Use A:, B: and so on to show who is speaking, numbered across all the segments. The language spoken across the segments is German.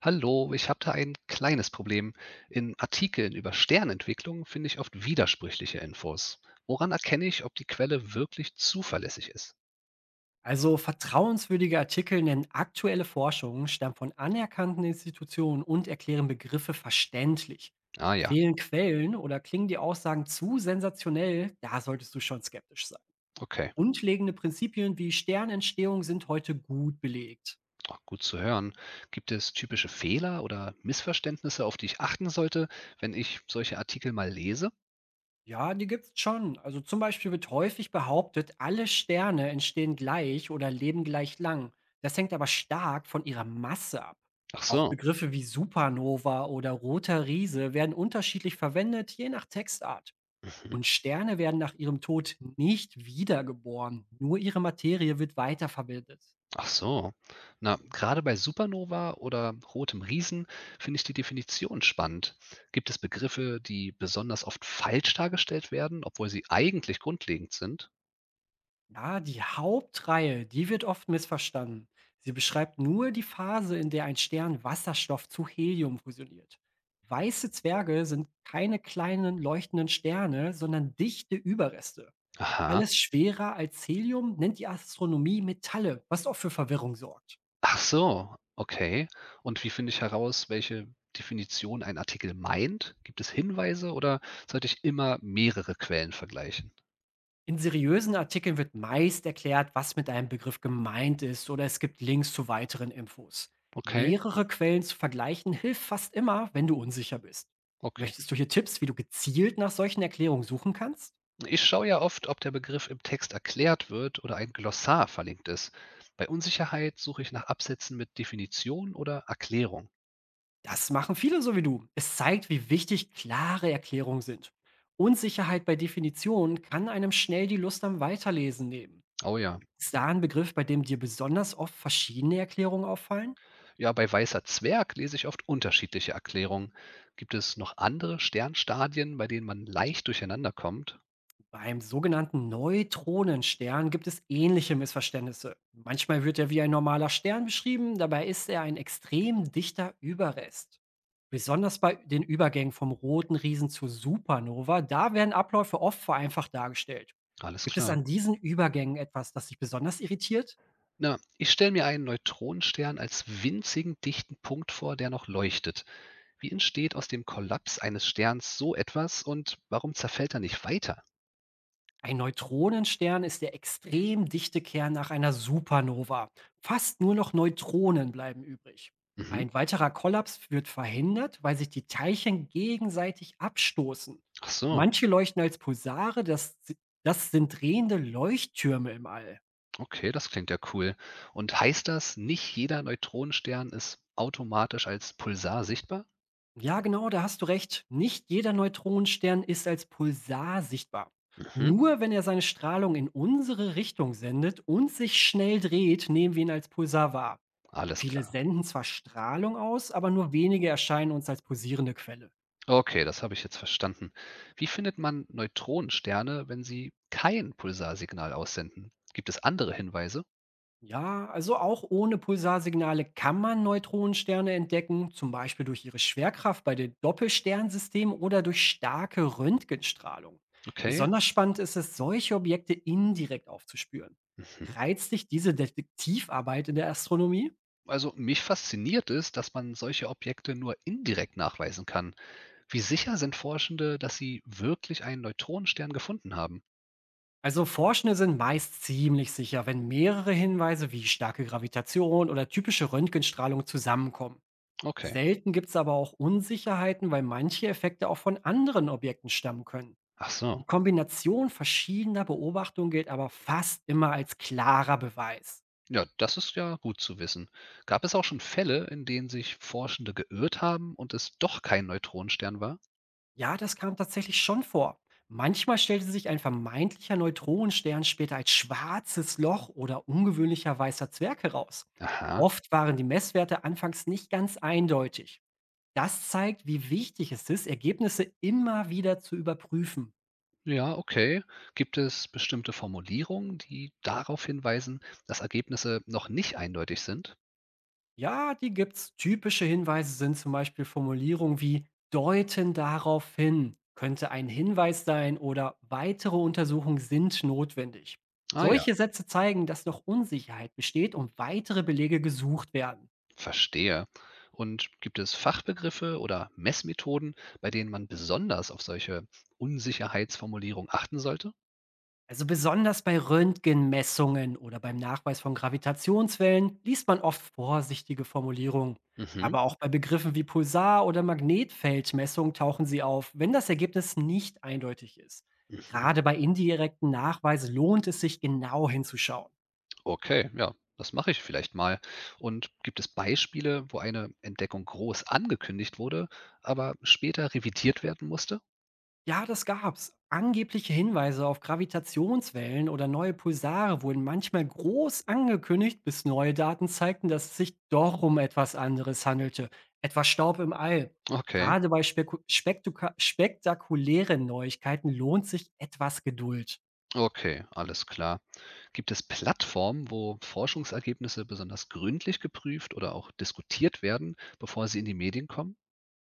A: Hallo, ich habe da ein kleines Problem. In Artikeln über Sternentwicklung finde ich oft widersprüchliche Infos. Woran erkenne ich, ob die Quelle wirklich zuverlässig ist?
B: Also vertrauenswürdige Artikel nennen aktuelle Forschungen, stammen von anerkannten Institutionen und erklären Begriffe verständlich.
A: Ah ja,
B: Fehlen Quellen oder klingen die Aussagen zu sensationell, da solltest du schon skeptisch sein.
A: okay.
B: Grundlegende Prinzipien wie Sternentstehung sind heute gut belegt.
A: Ach, gut zu hören. Gibt es typische Fehler oder Missverständnisse, auf die ich achten sollte, wenn ich solche Artikel mal lese?
B: Ja, die gibt's schon. Also zum Beispiel wird häufig behauptet, alle Sterne entstehen gleich oder leben gleich lang. Das hängt aber stark von ihrer Masse ab.
A: Ach
B: Auch
A: so.
B: Begriffe wie Supernova oder roter Riese werden unterschiedlich verwendet, je nach Textart.
A: Mhm.
B: Und Sterne werden nach ihrem Tod nicht wiedergeboren. Nur ihre Materie wird weiterverwendet.
A: Ach so. Na, gerade bei Supernova oder rotem Riesen finde ich die Definition spannend. Gibt es Begriffe, die besonders oft falsch dargestellt werden, obwohl sie eigentlich grundlegend sind?
B: Ja, die Hauptreihe, die wird oft missverstanden. Sie beschreibt nur die Phase, in der ein Stern Wasserstoff zu Helium fusioniert. Weiße Zwerge sind keine kleinen leuchtenden Sterne, sondern dichte Überreste.
A: Aha.
B: Alles schwerer als Helium nennt die Astronomie Metalle, was oft für Verwirrung sorgt.
A: Ach so, okay. Und wie finde ich heraus, welche Definition ein Artikel meint? Gibt es Hinweise oder sollte ich immer mehrere Quellen vergleichen?
B: In seriösen Artikeln wird meist erklärt, was mit einem Begriff gemeint ist oder es gibt Links zu weiteren Infos.
A: Okay,
B: Mehrere Quellen zu vergleichen hilft fast immer, wenn du unsicher bist.
A: okay.
B: Möchtest du hier Tipps, wie du gezielt nach solchen Erklärungen suchen kannst?
A: Ich schaue ja oft, ob der Begriff im Text erklärt wird oder ein Glossar verlinkt ist. Bei Unsicherheit suche ich nach Absätzen mit Definition oder Erklärung.
B: Das machen viele so wie du. Es zeigt, wie wichtig klare Erklärungen sind. Unsicherheit bei Definitionen kann einem schnell die Lust am Weiterlesen nehmen.
A: Oh ja.
B: Ist da ein Begriff, bei dem dir besonders oft verschiedene Erklärungen auffallen?
A: Ja, bei weißer Zwerg lese ich oft unterschiedliche Erklärungen. Gibt es noch andere Sternstadien, bei denen man leicht durcheinander kommt?
B: Beim sogenannten Neutronenstern gibt es ähnliche Missverständnisse. Manchmal wird er wie ein normaler Stern beschrieben, dabei ist er ein extrem dichter Überrest. Besonders bei den Übergängen vom roten Riesen zur Supernova, da werden Abläufe oft vereinfacht dargestellt.
A: Alles
B: Gibt es
A: klar.
B: an diesen Übergängen etwas, das dich besonders irritiert?
A: Na, ich stelle mir einen Neutronenstern als winzigen, dichten Punkt vor, der noch leuchtet. Wie entsteht aus dem Kollaps eines Sterns so etwas und warum zerfällt er nicht weiter?
B: Ein Neutronenstern ist der extrem dichte Kern nach einer Supernova. Fast nur noch Neutronen bleiben übrig.
A: Mhm.
B: Ein weiterer Kollaps wird verhindert, weil sich die Teilchen gegenseitig abstoßen.
A: Ach so.
B: Manche leuchten als Pulsare, das sind drehende Leuchttürme im All.
A: Okay, das klingt ja cool. Und heißt das, nicht jeder Neutronenstern ist automatisch als Pulsar sichtbar?
B: Ja, genau, da hast du recht. Nicht jeder Neutronenstern ist als Pulsar sichtbar.
A: Mhm,
B: Nur wenn er seine Strahlung in unsere Richtung sendet und sich schnell dreht, nehmen wir ihn als Pulsar wahr.
A: alles
B: Viele
A: klar.
B: senden zwar Strahlung aus, aber nur wenige erscheinen uns als pulsierende Quelle.
A: Okay, das habe ich jetzt verstanden. Wie findet man Neutronensterne, wenn sie kein Pulsarsignal aussenden? Gibt es andere Hinweise?
B: Ja, also auch ohne Pulsarsignale kann man Neutronensterne entdecken, zum Beispiel durch ihre Schwerkraft bei den Doppelsternsystemen oder durch starke Röntgenstrahlung.
A: Okay.
B: Besonders spannend ist es, solche Objekte indirekt aufzuspüren.
A: Mhm.
B: Reizt dich diese Detektivarbeit in der Astronomie?
A: Also mich fasziniert es, dass man solche Objekte nur indirekt nachweisen kann. Wie sicher sind Forschende, dass sie wirklich einen Neutronenstern gefunden haben?
B: Also Forschende sind meist ziemlich sicher, wenn mehrere Hinweise wie starke Gravitation oder typische Röntgenstrahlung zusammenkommen.
A: Okay.
B: Selten gibt es aber auch Unsicherheiten, weil manche Effekte auch von anderen Objekten stammen können.
A: Ach
B: Die
A: so.
B: Kombination verschiedener Beobachtungen gilt aber fast immer als klarer Beweis.
A: Ja, das ist ja gut zu wissen. Gab es auch schon Fälle, in denen sich Forschende geirrt haben und es doch kein Neutronenstern war?
B: Ja, das kam tatsächlich schon vor. Manchmal stellte sich ein vermeintlicher Neutronenstern später als schwarzes Loch oder ungewöhnlicher weißer Zwerg heraus.
A: Aha.
B: Oft waren die Messwerte anfangs nicht ganz eindeutig. Das zeigt, wie wichtig es ist, Ergebnisse immer wieder zu überprüfen.
A: Ja, okay. Gibt es bestimmte Formulierungen, die darauf hinweisen, dass Ergebnisse noch nicht eindeutig sind?
B: Ja, die gibt's. Typische Hinweise sind zum Beispiel Formulierungen wie deuten darauf hin, könnte ein Hinweis sein oder weitere Untersuchungen sind notwendig.
A: Ah ja,
B: Solche Sätze zeigen, dass noch Unsicherheit besteht und weitere Belege gesucht werden.
A: verstehe. Und gibt es Fachbegriffe oder Messmethoden, bei denen man besonders auf solche Unsicherheitsformulierungen achten sollte?
B: Also besonders bei Röntgenmessungen oder beim Nachweis von Gravitationswellen liest man oft vorsichtige Formulierungen.
A: Mhm.
B: Aber auch bei Begriffen wie Pulsar- oder Magnetfeldmessung tauchen sie auf, wenn das Ergebnis nicht eindeutig ist.
A: Mhm.
B: Gerade bei indirekten Nachweisen lohnt es sich, genau hinzuschauen.
A: Okay, ja, das mache ich vielleicht mal. Und gibt es Beispiele, wo eine Entdeckung groß angekündigt wurde, aber später revidiert werden musste?
B: Ja, das gab's. Angebliche Hinweise auf Gravitationswellen oder neue Pulsare wurden manchmal groß angekündigt, bis neue Daten zeigten, dass es sich doch um etwas anderes handelte. Etwa Staub im All.
A: Okay,
B: Gerade bei spektakulären Neuigkeiten lohnt sich etwas Geduld.
A: okay, alles klar. Gibt es Plattformen, wo Forschungsergebnisse besonders gründlich geprüft oder auch diskutiert werden, bevor sie in die Medien kommen?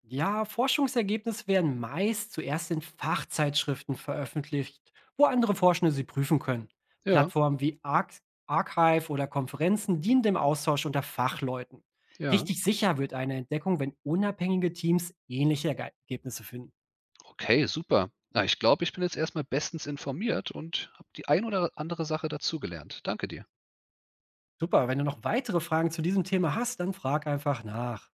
B: Ja, Forschungsergebnisse werden meist zuerst in Fachzeitschriften veröffentlicht, wo andere Forschende sie prüfen können.
A: Ja,
B: Plattformen wie Archive oder Konferenzen dienen dem Austausch unter Fachleuten.
A: ja.
B: Richtig sicher wird eine Entdeckung, wenn unabhängige Teams ähnliche Ergebnisse finden.
A: Okay, super. Na, ich glaube, ich bin jetzt erstmal bestens informiert und habe die ein oder andere Sache dazugelernt. Danke dir.
B: Super, wenn du noch weitere Fragen zu diesem Thema hast, dann frag einfach nach.